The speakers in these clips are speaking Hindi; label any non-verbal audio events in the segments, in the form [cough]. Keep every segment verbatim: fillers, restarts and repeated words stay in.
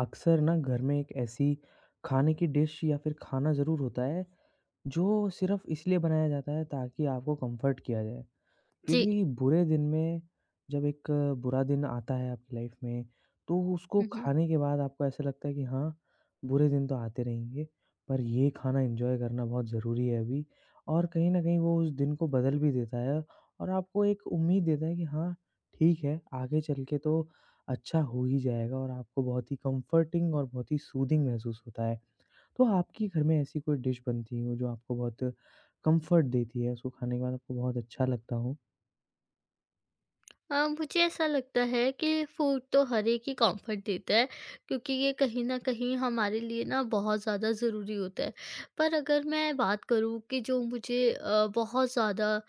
अक्सर ना घर में एक ऐसी खाने की डिश या फिर खाना ज़रूर होता है, जो सिर्फ़ इसलिए बनाया जाता है ताकि आपको कम्फ़र्ट किया जाए। जी। क्योंकि बुरे दिन में जब एक बुरा दिन आता है आपकी लाइफ में, तो उसको हुँ, हुँ। खाने के बाद आपको ऐसा लगता है कि हाँ, बुरे दिन तो आते रहेंगे, पर ये खाना एन्जॉय करना बहुत ज़रूरी है अभी और कहीं न कहीं वो उस दिन को बदल भी देता है और आपको एक उम्मीद देता है कि हाँ, ठीक है, आगे चल के तो अच्छा हो ही जाएगा और आपको बहुत ही कम्फ़र्टिंग और बहुत ही सूदिंग महसूस होता है। तो आपके घर में ऐसी कोई डिश बनती हो जो आपको बहुत कम्फ़र्ट देती है, उसको खाने के बाद आपको बहुत अच्छा लगता हो? अ, मुझे ऐसा लगता है कि फ़ूड तो हर एक ही कम्फ़र्ट देता है क्योंकि ये कहीं न कहीं हमारे लिए ना बहुत ज़्यादा ज़रूरी होता है। पर अगर मैं बात करूँ कि जो मुझे अ, बहुत ज़्यादा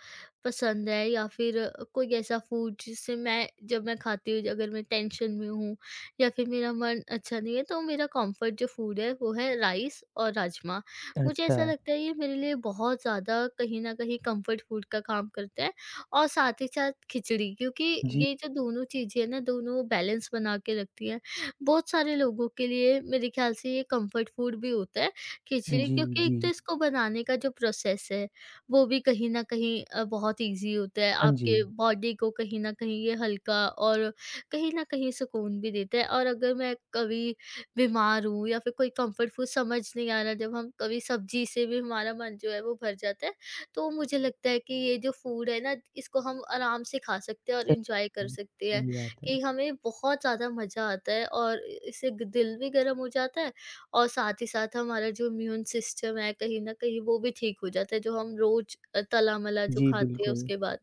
पसंद है या फिर कोई ऐसा फ़ूड जिससे मैं जब मैं खाती हूँ, अगर मैं टेंशन में हूँ या फिर मेरा मन अच्छा नहीं है, तो मेरा कम्फ़र्ट जो फ़ूड है वो है राइस और राजमा। मुझे अच्छा, ऐसा लगता है ये मेरे लिए बहुत ज़्यादा कहीं न कहीं कम्फ़र्ट फ़ूड का काम करता है और साथ ही साथ खिचड़ी, क्योंकि जी, ये जो दोनों चीज़ें हैं ना, दोनों बैलेंस बना के रखती हैं। बहुत सारे लोगों के लिए मेरे ख्याल से ये कम्फर्ट फूड भी होता है खिचड़ी, जी, क्योंकि जी। एक तो इसको बनाने का जो प्रोसेस है, वो भी कहीं न कहीं अ, बहुत ईज़ी होता है। हाँ जी, आपके बॉडी को कहीं न कहीं ये हल्का और कहीं न कहीं सुकून भी देता है और अगर मैं कभी बीमार हूँ या फिर कोई कम्फर्ट फूड समझ नहीं आ रहा, जब हम कभी सब्ज़ी से भी हमारा मन जो है वो भर जाता है। तो मुझे लगता है कि ये जो फूड है ना, इसको हम आराम से खा सकते हैं और सही इंजॉय कर बात है, सकते हैं सही बात है। कि हमें बहुत ज़्यादा मज़ा आता है और इ- इससे ग- दिल भी गर्म हो जाता है और साथ ही साथ हमारा जो इम्यून सिस्टम है कहीं ना कहीं वो भी ठीक हो जाता है, जो हम रोज अ, तला मला जो जी, खाते हैं बिल्कुल। उसके बाद।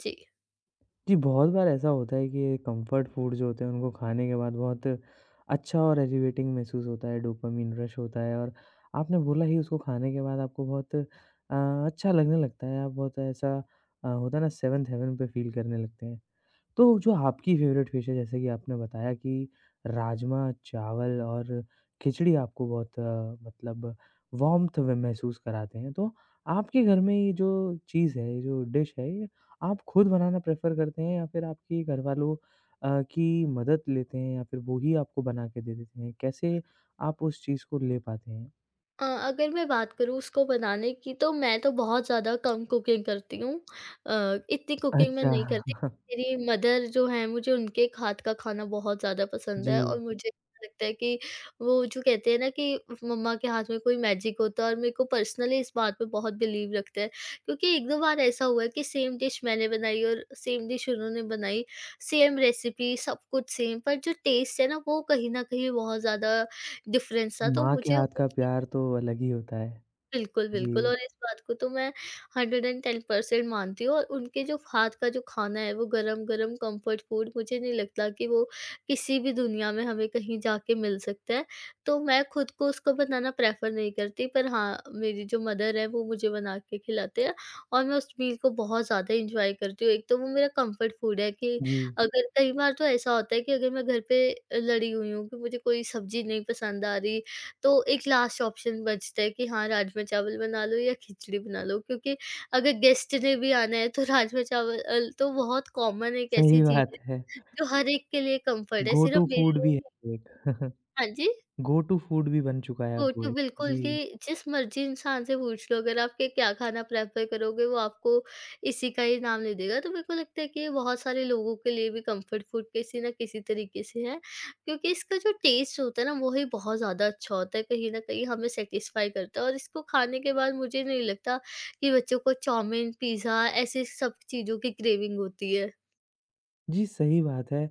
जी। जी, बहुत बार ऐसा होता है कि कम्फर्ट फूड जो होते हैं उनको खाने के बाद बहुत अच्छा और एलिवेटिंग महसूस होता है, डोपामाइन रश होता है और आपने बोला ही उसको खाने के बाद आपको बहुत अ, अच्छा लगने लगता है, आप बहुत ऐसा अ, होता है ना सेवंथ हेवन पे फ़ील करने लगते हैं। तो जो आपकी फ़ेवरेट फ़िश है जैसे कि आपने बताया कि राजमा, चावल और खिचड़ी आपको बहुत अ, मतलब वार्म्थ व महसूस कराते हैं। तो आपके घर में ये जो चीज़ है, ये जो डिश है, ये आप खुद बनाना प्रेफ़र करते हैं या फिर आपके घरवालों अ, की मदद लेते हैं या फिर वो ही आपको बना के दे देते हैं? कैसे आप उस चीज़ को ले पाते हैं? अ, अगर मैं बात करूँ उसको बनाने की, तो मैं तो बहुत ज़्यादा कम कुकिंग करती हूँ। अ, इतनी कुकिंग मैं अच्छा। नहीं करती। [laughs] मेरी मदर जो हैं, मुझे उनके हाथ का खाना बहुत ज़्यादा पसंद जी, है और मुझे ऐसा लगता है कि वो जो कहते हैं ना कि मम्मा के हाथ में कोई मैजिक होता है और मेरे को पर्सनली इस बात पे बहुत बिलीव रखता है। क्योंकि एक दो बार ऐसा हुआ है कि सेम डिश मैंने बनाई और सेम डिश उन्होंने बनाई, सेम रेसिपी सब कुछ सेम, पर जो टेस्ट है ना वो कहीं न कहीं बहुत ज़्यादा डिफ़रेंस था, तो माँ के मुझे हाथ का उनकी। प्यार तो अलग ही होता है। बिल्कुल, बिल्कुल, जी, और इस बात को तो मैं वन हंड्रेड टेन परसेंट मानती हूँ और उनके जो हाथ का जो खाना है वो गरम-गरम कंफर्ट फूड, मुझे नहीं लगता कि वो किसी भी दुनिया में हमें कहीं जाके मिल सकता है। तो मैं खुद को उसको बनाना प्रेफ़र नहीं करती, पर हाँ, मेरी जो मदर है वो मुझे बना के खिलाते हैं और मैं उस मील को बहुत ज़्यादा एन्जॉय करती हूँ। एक तो वो मेरा कंफर्ट फूड है कि जी, अगर कई बार तो ऐसा होता है कि अगर मैं घर पे अ, लड़ी हुई हूँ कि मुझे कोई सब्ज़ी नहीं पसंद आ रही, तो एक लास्ट ऑप्शन बचता है कि हाँ, राजमा चावल बना लो या खिचड़ी बना लो, क्योंकि अगर गेस्ट ने भी आना है तो [laughs] राजमा चावल अल तो बहुत कॉमन एक सही ऐसी चीज़ बात है। है, जो हर एक के लिए कम्फर्ट है, गो टू सिर्फ़ मेरे फूड लिए भी नहीं। है एक [laughs] हाँ जी? गो टू फूड भी बन चुका है गो अब वो टू एक। बिल्कुल, जी। कि जिस मर्ज़ी इंसान से पूछ लो अगर आप कि क्या खाना प्रेफ़र करोगे, वो आपको इसी का ही नाम ले देगा। तो मेरे को लगता है कि ये बहुत सारे लोगों के लिए भी कम्फ़र्ट फ़ूड किसी न किसी तरीके से है। क्योंकि इसका जो टेस्ट होता है ना वो ही बहुत ज़्यादा अच्छा होता है, कहीं न कहीं हमें सैटिस्फ़ाई करता है और इसको खाने के बाद मुझे नहीं लगता कि बच्चों को चाउमीन, पिज़्ज़ा, ऐसे सब चीज़ों की क्रेविंग होती है। जी, सही बात है।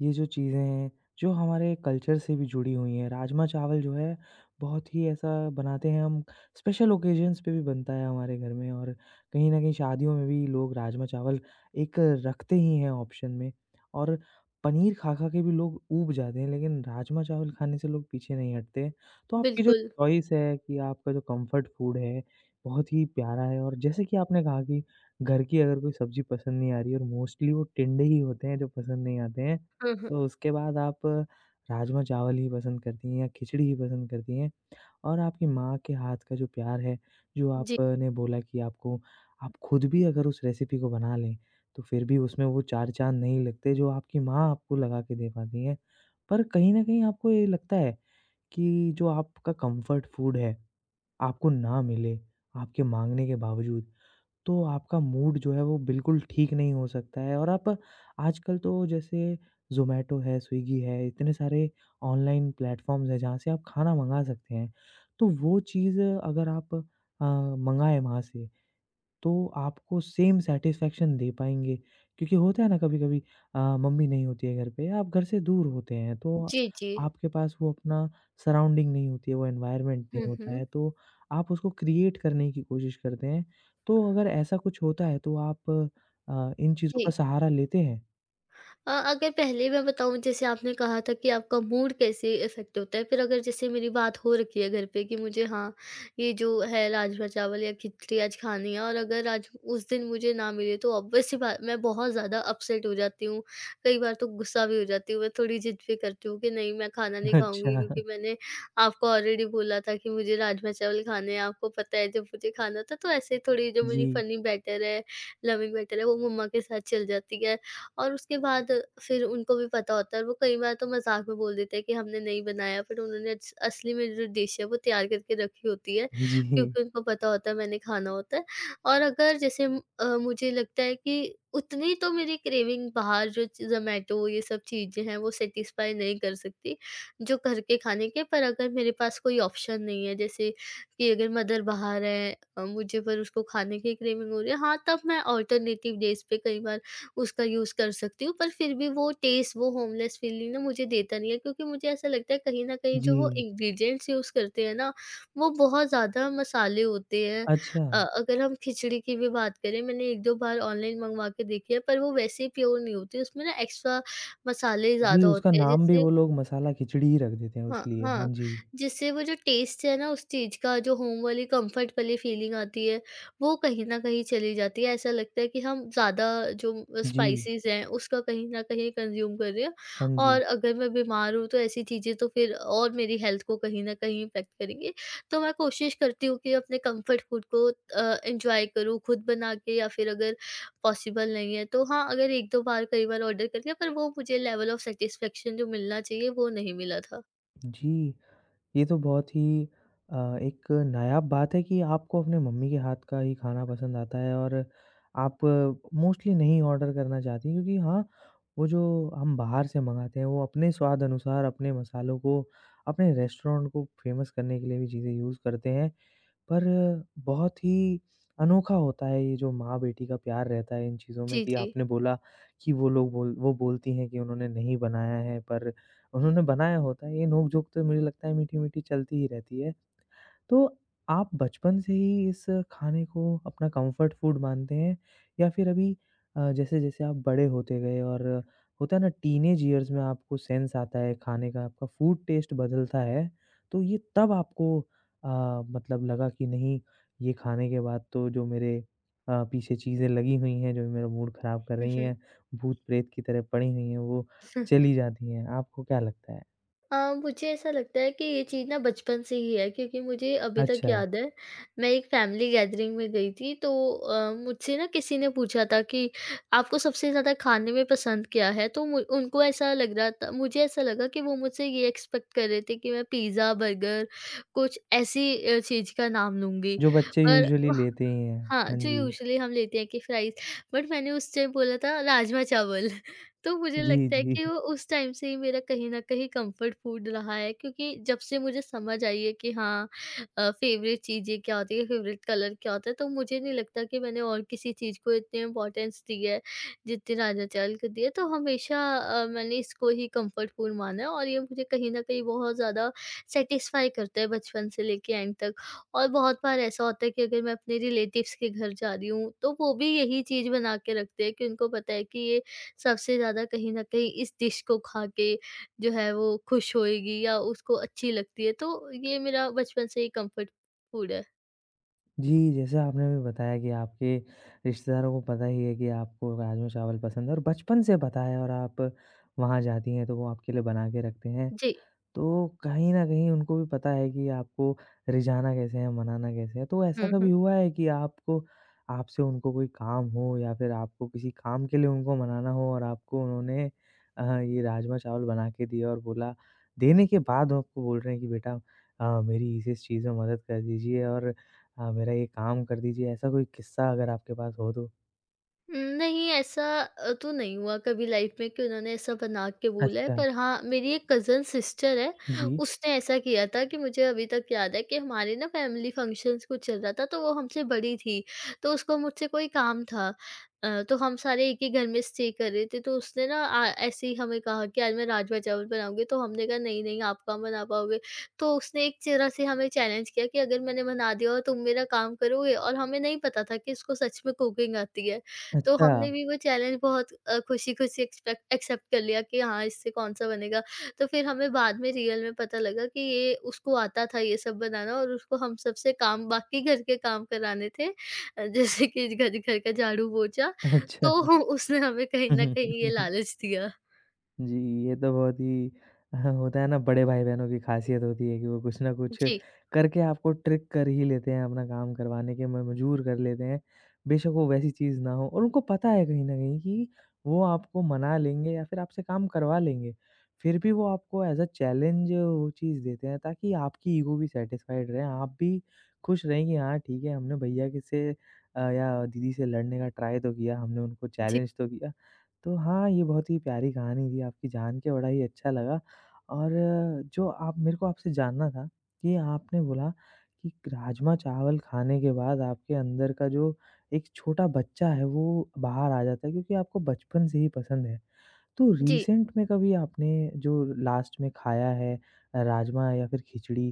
ये जो चीज़ें हैं, जो हमारे कल्चर से भी जुड़ी हुई हैं। राजमा-चावल जो है, बहुत ही ऐसा बनाते हैं हम स्पेशल ओकेजन्स पे भी बनता है हमारे घर में और कहीं न कहीं शादियों में भी लोग राजमा-चावल एक रखते ही हैं ऑप्शन में और पनीर खा-खा के भी लोग ऊब जाते हैं, लेकिन राजमा-चावल खाने से लोग पीछे नहीं हटते। तो आपकी जो बिल्कुल। चॉइस है कि आपका जो कम्फर्ट फूड है, बहुत ही प्यारा है और जैसे कि आपने कहा कि घर की अगर कोई सब्ज़ी पसंद नहीं आ रही है और मोस्टली वो टिंडे ही होते हैं जो पसंद नहीं आते हैं, हाँ, हाँ। तो उसके बाद आप राजमा चावल ही पसंद करती हैं या खिचड़ी ही पसंद करती हैं और आपकी माँ के हाथ का जो प्यार है, जो जी। आपने बोला कि आपको आप खुद भी अगर उस रेसिपी को बना लें, तो फिर भी उसमें वो चार चाँद नहीं लगते जो आपकी माँ आपको लगा के दे पाती हैं। पर कहीं न कहीं आपको ये लगता है कि जो आपका कम्फर्ट फूड है, आपको ना मिले, आपके माँगने के बावजूद। तो आपका मूड जो है वो बिल्कुल ठीक नहीं हो सकता है और आप आजकल तो जैसे ज़ोमैटो है, स्विगी है, इतने सारे ऑनलाइन प्लेटफ़ॉर्म्स हैं जहाँ से आप खाना मँगा सकते हैं। तो वो चीज़ अगर आप अ, मँगाएँ वहाँ से तो आपको सेम सैटिस्फैक्शन दे पाएँगे। क्योंकि होता है ना कभी-कभी अ, मम्मी नहीं होती है घर पे, आप घर से दूर होते हैं, तो जी, जी। आपके पास वो अपना सराउंडिंग नहीं होती है, वो एनवायरनमेंट नहीं हुँ, होता है, हुँ। तो आप उसको क्रिएट करने की कोशिश करते हैं। तो अगर ऐसा कुछ होता है तो आप अ, इन चीज़ों का जी। सहारा लेते हैं? अ, अगर पहले मैं बताऊँ, जैसे आपने कहा था कि आपका मूड कैसे इफ़ेक्ट होता है, फिर अगर जैसे मेरी बात हो रखी है घर पे कि मुझे हाँ, ये जो है राजमा चावल या खिचड़ी आज खानी है और अगर आज उस दिन मुझे ना मिले, तो ऑब्वियस सी बात, मैं बहुत ज़्यादा अपसेट हो जाती हूँ। कई बार तो गुस्सा भी हो जाती हूँ, मैं थोड़ी ज़िद भी करती हूँ कि नहीं, मैं खाना [laughs] नहीं अच्छा, खाऊँगी क्योंकि मैंने आपको ऑलरेडी बोला था कि मुझे राजमा चावल खाने हैं, आपको पता है जब मुझे खाना था, तो ऐसे थोड़ी, जो मेरी जी, फ़नी बैटर है, लविंग बैटर है, वो मम्मा के साथ चल जाती है। और उसके बाद फिर उनको भी पता होता है और वो कई बार तो मज़ाक में बोल देते हैं कि हमने नहीं बनाया, फिर उन्होंने अस असली में जो डिश है वो तैयार करके रखी होती है, जी, क्योंकि उनको पता होता है मैंने खाना होता है। और अगर जैसे म- अ, मुझे लगता है कि उतनी तो मेरी क्रेविंग बाहर, जो च ज़ोमैटो ये सब चीज़ें हैं वो सैटिस्फाई नहीं कर सकती, जो घर के खाने के, पर अगर मेरे पास कोई ऑप्शन नहीं है, जैसे कि अगर मदर बाहर है, अ, मुझे पर उसको खाने की क्रेविंग हो रही है, हाँ, तब मैं अल्टरनेटिव डेज़ पे कई बार उसका यूज़ कर सकती हूँ। पर फिर भी वो टेस्ट, वो होमलेस फीलिंग ना, मुझे देता नहीं है क्योंकि मुझे ऐसा लगता है कहीं न कहीं जो वो जी। इंग्रीडिएंट्स यूज़ करते हैं ना, वो बहुत ज़्यादा मसाले होते हैं। अच्छा, अ, अगर हम खिचड़ी की भी बात करें, मैंने एक दो बार ऑनलाइन मँगवा के देखी है, पर वो वैसे प्योर नहीं होती, उसमें ना एक्स्ट्रा मसाले जी, ज़्यादा उसका होते हैं नाम भी जिससे वो लोग मसाला खिचड़ी ही रख देते हैं हाँ, उसलिए। हाँ हाँ, जी, जिससे वो जो टेस्ट है ना उस चीज़ का, जो होम वाली कंफर्ट वाली फीलिंग आती है, वो कहीं न कहीं चली जाती है। ऐसा लगता है कि हम ज़्यादा जो जी, स्पाइसेस हैं उसका कहीं न कहीं कंज़्यूम कर रहे हैं हाँ जी, और अगर मैं बीमार हूँ तो ऐसी चीज़ें तो फिर और मेरी हेल्थ को कहीं न कहीं इम्पैक्ट करेंगी। तो मैं कोशिश करती हूँ कि अपने कंफर्ट फूड को अ, एन्जॉय करूँ खुद बना के, या फिर अगर पॉसिबल नहीं है तो हाँ, अगर एक दो बार, कई बार ऑर्डर कर लिया, पर वो मुझे लेवल ऑफ सैटिस्फैक्शन जो मिलना चाहिए वो नहीं मिला था। जी। ये तो बहुत ही अ, एक नायाब बात है कि आपको अपने मम्मी के हाथ का ही खाना पसंद आता है और आप मोस्टली नहीं ऑर्डर करना चाहती क्योंकि हाँ, वो जो हम बाहर से मँगाते हैं, वो अपने स्वाद अनुसार अपने मसालों को, अपने रेस्टोरेंट को फ़ेमस करने के लिए भी चीज़ें यूज़ करते हैं। पर बहुत ही अनोखा होता है ये जो माँ-बेटी का प्यार रहता है इन चीज़ों में जी, कि जी। आपने बोला कि वो लोग बोल वो बोलती हैं कि उन्होंने नहीं बनाया है पर उन्होंने बनाया होता है। ये नोक-झोंक तो मुझे लगता है मीठी-मीठी चलती ही रहती है। तो आप बचपन से ही इस खाने को अपना कम्फर्ट फूड मानते हैं या फिर अभी अ, जैसे-जैसे आप बड़े होते गए और होता है ना टीनेज इयर्स में आपको सेंस आता है खाने का, आपका फूड टेस्ट बदलता है, तो ये तब आपको अ, मतलब लगा कि नहीं ये खाने के बाद तो जो मेरे अ, पीछे चीज़ें लगी हुई हैं, जो मेरा मूड ख़राब कर हुँ, रही हुँ। हैं, भूत-प्रेत की तरह पड़ी हुई हैं, वो चली जाती हैं। आपको क्या लगता है? अ, मुझे ऐसा लगता है कि ये चीज़ ना बचपन से ही है, क्योंकि मुझे अभी तक अच्छा, याद है, मैं एक फैमिली गैदरिंग में गई थी, तो अ, मुझसे ना किसी ने पूछा था कि आपको सबसे ज़्यादा खाने में पसंद क्या है? तो मु उनको ऐसा लग रहा था, मुझे ऐसा लगा कि वो मुझसे ये एक्सपेक्ट कर रहे थे कि मैं पिज़्ज़ा, बर्गर, कुछ ऐसी अ, चीज़ का नाम लूँगी। जो बच्चे पर यूजुअली लेते ही हैं। हाँ, हाँ जो जी। यूजुअली हम लेते हैं कि फ्राइज़, बट मैंने उस टाइम बोला था राजमा-चावल। [laughs] तो मुझे जी, लगता है जी। कि वो उस टाइम से ही मेरा कहीं न कहीं कम्फ़र्ट फूड रहा है, क्योंकि जब से मुझे समझ आई है कि हाँ, अ, फ़ेवरेट चीज़ें क्या होती है, फ़ेवरेट कलर क्या होता है, तो मुझे नहीं लगता कि मैंने और किसी चीज़ को इतनी इम्पोर्टेंस दी है, जितनी राजमा-चावल को दी है। तो हमेशा अ, मैंने इसको ही कम्फ़र्ट फूड माना है और ये मुझे कहीं न कहीं बहुत ज़्यादा सैटिस्फ़ाई करता है बचपन से लेके एंड तक। और बहुत बार ऐसा होता है कि अगर मैं अपने रिलेटिव्स के घर जा रही हूँ, तो वो भी यही चीज़ बना के रखते हैं कि उनको पता है कि ये सबसे ज़्यादा कहीं न कहीं इस डिश को खा के जो है वो खुश होएगी, या उसको अच्छी लगती है। तो ये मेरा बचपन से ही कम्फर्ट फूड है। जी, जैसे आपने अभी बताया कि आपके रिश्तेदारों को पता ही है कि आपको राजमा चावल पसंद है और बचपन से पता है और आप वहाँ जाती हैं तो वो आपके लिए बना के रखते हैं। जी। तो कहीं न कहीं उनको भी पता है कि आपको रिझाना कैसे है, मनाना कैसे है। तो ऐसा हुँ, कभी हुँ। हुआ है कि आपको आपसे उनको कोई काम हो या फिर आपको किसी काम के लिए उनको मनाना हो और आपको उन्होंने अ, ये राजमा-चावल बना के दिया और बोला देने के बाद वो आपको बोल रहे हैं कि बेटा अ, मेरी इस-इस चीज़ में मदद कर दीजिए और अ, मेरा ये काम कर दीजिए। ऐसा कोई किस्सा अगर आपके पास हो तो? नहीं, ऐसा अ, तो नहीं हुआ कभी लाइफ में कि उन्होंने ऐसा बना के बोला है, अच्छा। पर हाँ, मेरी एक कज़न सिस्टर है, जी। उसने ऐसा किया था कि मुझे अभी तक याद है कि हमारे ना फैमिली फंक्शन्स कुछ चल रहा था, तो वो हमसे बड़ी थी, तो उसको मुझसे कोई काम था। अ, तो हम सारे एक ही घर में स्टे कर रहे थे, तो उसने ना अ, ऐसे ही हमें कहा कि आज मैं राजमा-चावल बनाऊँगी, तो हमने कहा, "नहीं, नहीं, आप कहाँ बना पाओगे?" तो उसने एक तरह से हमें चैलेंज किया कि अगर मैंने बना दिया, और तुम मेरा काम करोगे, और हमें नहीं पता था कि इसको सच में कुकिंग आती है। तो अच्छा। हमने भी वो चैलेंज बहुत अ, खुशी-खुशी एक्सपेक्ट एक्सेप्ट कर लिया कि हाँ, इससे कौन-सा बनेगा। तो फिर हमें बाद में रियल में पता लगा कि ये उसको आता था, ये सब बनाना, और उसको हम सबसे काम, बाकी घर के काम कराने थे, अ, जैसे कि घर घर का झाड़ू, पोछा। अच्छा। तो उसने हमें कहीं न [laughs] कहीं ये हुँ, हुँ। लालच दिया। जी, ये तो बहुत ही अ, होता है ना बड़े भाई-बहनों की ख़ासियत होती है कि वो कुछ ना कुछ जी, करके आपको ट्रिक कर ही लेते हैं, अपना काम करवाने के मजबूर कर लेते हैं। बेशक वो वैसी चीज़ ना हो और उनको पता है कहीं न कहीं कि वो आपको मना लेंगे या फिर आपसे काम करवा लेंगे। फिर भी वो आपको एज़ अ चैलेंज वो चीज़ देते हैं ताकि आपकी ईगो भी सैटिस्फाइड रहे, आप भी खुश रहें कि हाँ, ठीक है हमने भैया के से अ, या दीदी से लड़ने का ट्राई तो किया, हमने उनको जी, चैलेंज तो किया। तो हाँ, ये बहुत ही प्यारी कहानी थी आपकी, जान के बड़ा ही अच्छा लगा और जो आप मेरे को आपसे जानना था कि आपने बोला कि राजमा-चावल खाने के बाद आपके अंदर का जो एक छोटा बच्चा है, वो बाहर आ जाता है क्योंकि आपको बचपन से ही पसंद है। तो जी, रिसेंट में कभी आपने जो लास्ट में खाया है राजमा या फिर खिचड़ी,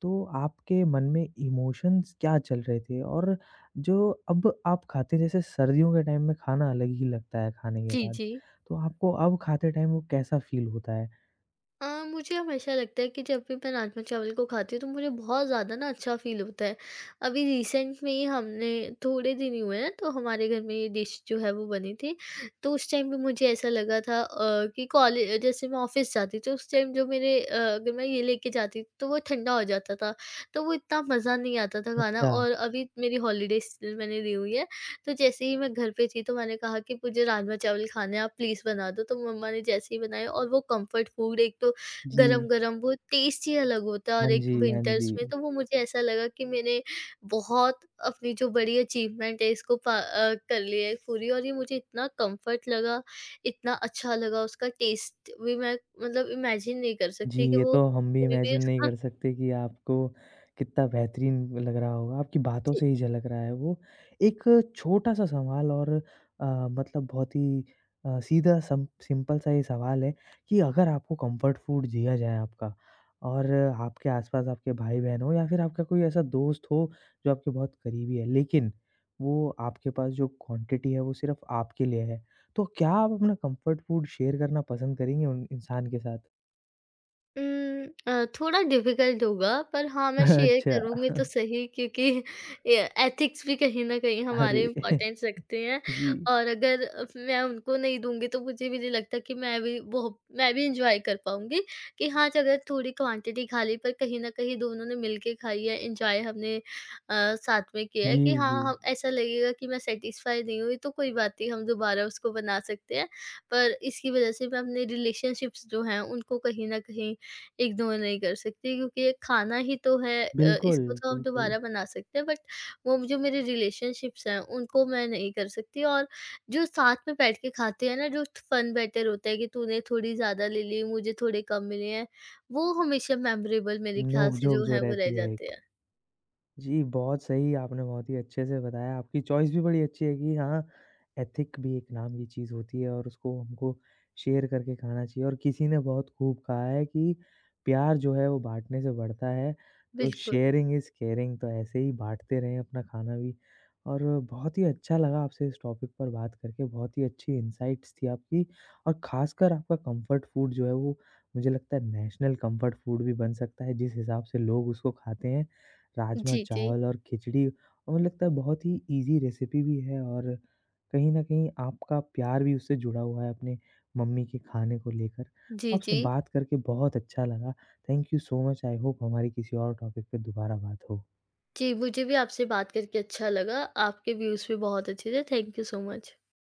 तो आपके मन में इमोशंस क्या चल रहे थे? और जो अब आप खाते हैं, जैसे सर्दियों के टाइम में खाना अलग ही लगता है खाने के जी, बाद, जी। तो आपको अब खाते टाइम वो कैसा फ़ील होता है? अ, मुझे हमेशा लगता है कि जब भी मैं राजमा चावल को खाती हूँ, तो मुझे बहुत ज़्यादा ना अच्छा फ़ील होता है। अभी रिसेंट में ही हमने, थोड़े दिन ही हुए हैं, तो हमारे घर में ये डिश जो है वो बनी थी। तो उस टाइम पे मुझे ऐसा लगा था अ, कि कॉले, जैसे मैं ऑफ़िस जाती तो उस टाइम जो मेरे, अ, अगर मैं ये लेके जाती, तो वो ठंडा हो जाता था। तो वो इतना मज़ा नहीं आता था खाना, अच्छा, और अभी मेरी हॉलिडेज़ मैंने ली हुई है। तो जैसे ही मैं घर पे थी, तो मैंने कहा कि मुझे राजमा चावल खाने हैं, आप प्लीज़ बना दो। तो मम्मा ने जैसे ही बनाए और वो कम्फ़र्ट फ़ूड, एक तो जी। गरम-गरम, वो टेस्ट ही अलग होता है, हाँ और एक जी, हाँ जी। विंटर्स में, तो वो मुझे ऐसा लगा कि मैंने बहुत अपनी जो बड़ी अचीवमेंट है इसको पा अ, कर ली है पूरी, और ये मुझे इतना कम्फ़र्ट लगा, इतना अच्छा लगा, उसका टेस्ट भी मैं, मतलब इमेजिन नहीं कर जी, सकती कि ये वो तो हम भी कभी भी इमेजिन नहीं उसका। कर सकते कि आपको कितना बेहतरीन लग रहा होगा, आपकी बातों से ही झलक रहा है वो। एक छोटा-सा सवाल और अ, मतलब बहुत ही अ, सीधा सम सिंपल-सा ये सवाल है कि अगर आपको कम्फर्ट फूड दिया जाए आपका और आपके आस-पास आपके भाई-बहन हो या फिर आपका कोई ऐसा दोस्त हो जो आपके बहुत करीबी है, लेकिन वो आपके पास जो क्वांटिटी है वो सिर्फ़ आपके लिए है, तो क्या आप अपना कम्फर्ट फूड शेयर करना पसंद करेंगे उन इंसान के साथ? उम, अ, थोड़ा डिफ़िकल्ट होगा, पर हाँ, मैं शेयर अच्छा। करूँगी तो सही, क्योंकि [laughs] ए एथिक्स भी कहीं न कहीं अरे! हमारे [laughs] इम्पोर्टेंस रखते हैं। जी। और अगर मैं उनको नहीं दूँगी, तो मुझे भी नहीं लगता कि मैं भी वो मैं भी एन्जॉय कर पाऊँगी कि हाँ, अगर थोड़ी क्वांटिटी खा ली, पर कहीं न कहीं दोनों ने मिल के खाई है, एन्जॉय हमने अ, साथ में किया है जी, कि हाँ, जी। हम, ऐसा लगेगा कि मैं सैटिस्फाई नहीं हुई, तो कोई बात नहीं, हम दोबारा उसको बना सकते हैं। पर इसकी वज़ह से मैं अपने रिलेशनशिप्स जो हैं उनको कहीं न कहीं इग्नोर नहीं कर सकती, क्योंकि ये खाना ही तो है, अ, बिल्कुल, इसको तो आप बिल्कुल। दोबारा बना सकते हैं, बट वो जो मेरे रिलेशनशिप्स हैं उनको मैं नहीं कर सकती। और जो साथ में बैठ के खाते हैं ना, जो फन बैटर होता है कि तूने थोड़ी ज़्यादा ले ली, मुझे थोड़े कम मिले हैं, वो हमेशा मेमोरेबल मेरे ख्याल से नोक-झोंक जो जो है वो रह रहती है जाते हैं। एक। जी, बहुत सही आपने बहुत ही अच्छे से बताया, आपकी चॉइस भी बड़ी अच्छी है कि हाँ, एथिक भी एक नाम की चीज़ होती है और उसको हमको शेयर करके खाना चाहिए और किसी ने बहुत खूब कहा है कि प्यार जो है वो बाँटने से बढ़ता है, तो बिल्कुल। शेयरिंग इज़ केयरिंग तो ऐसे ही बाँटते रहें अपना खाना भी। और बहुत ही अच्छा लगा आपसे इस टॉपिक पर बात करके, बहुत ही अच्छी इनसाइट्स थी आपकी और ख़ासकर आपका कम्फ़र्ट फूड जो है वो मुझे लगता है नेशनल कम्फ़र्ट फूड भी बन सकता है, जिस हिसाब से लोग उसको खाते हैं। राजमा जी जी। चावल और खिचड़ी और लगता है बहुत ही ईज़ी रेसिपी भी है और कहीं न कहीं आपका प्यार भी उससे जुड़ा हुआ है अपने मम्मी के खाने को लेकर। जी आपसे जी। बात करके बहुत अच्छा लगा। Thank you so much I hope हमारी किसी और टॉपिक पे दोबारा बात हो। जी, मुझे भी आपसे बात करके अच्छा लगा। आपके व्यूज़ भी बहुत अच्छे थे। Thank you so much.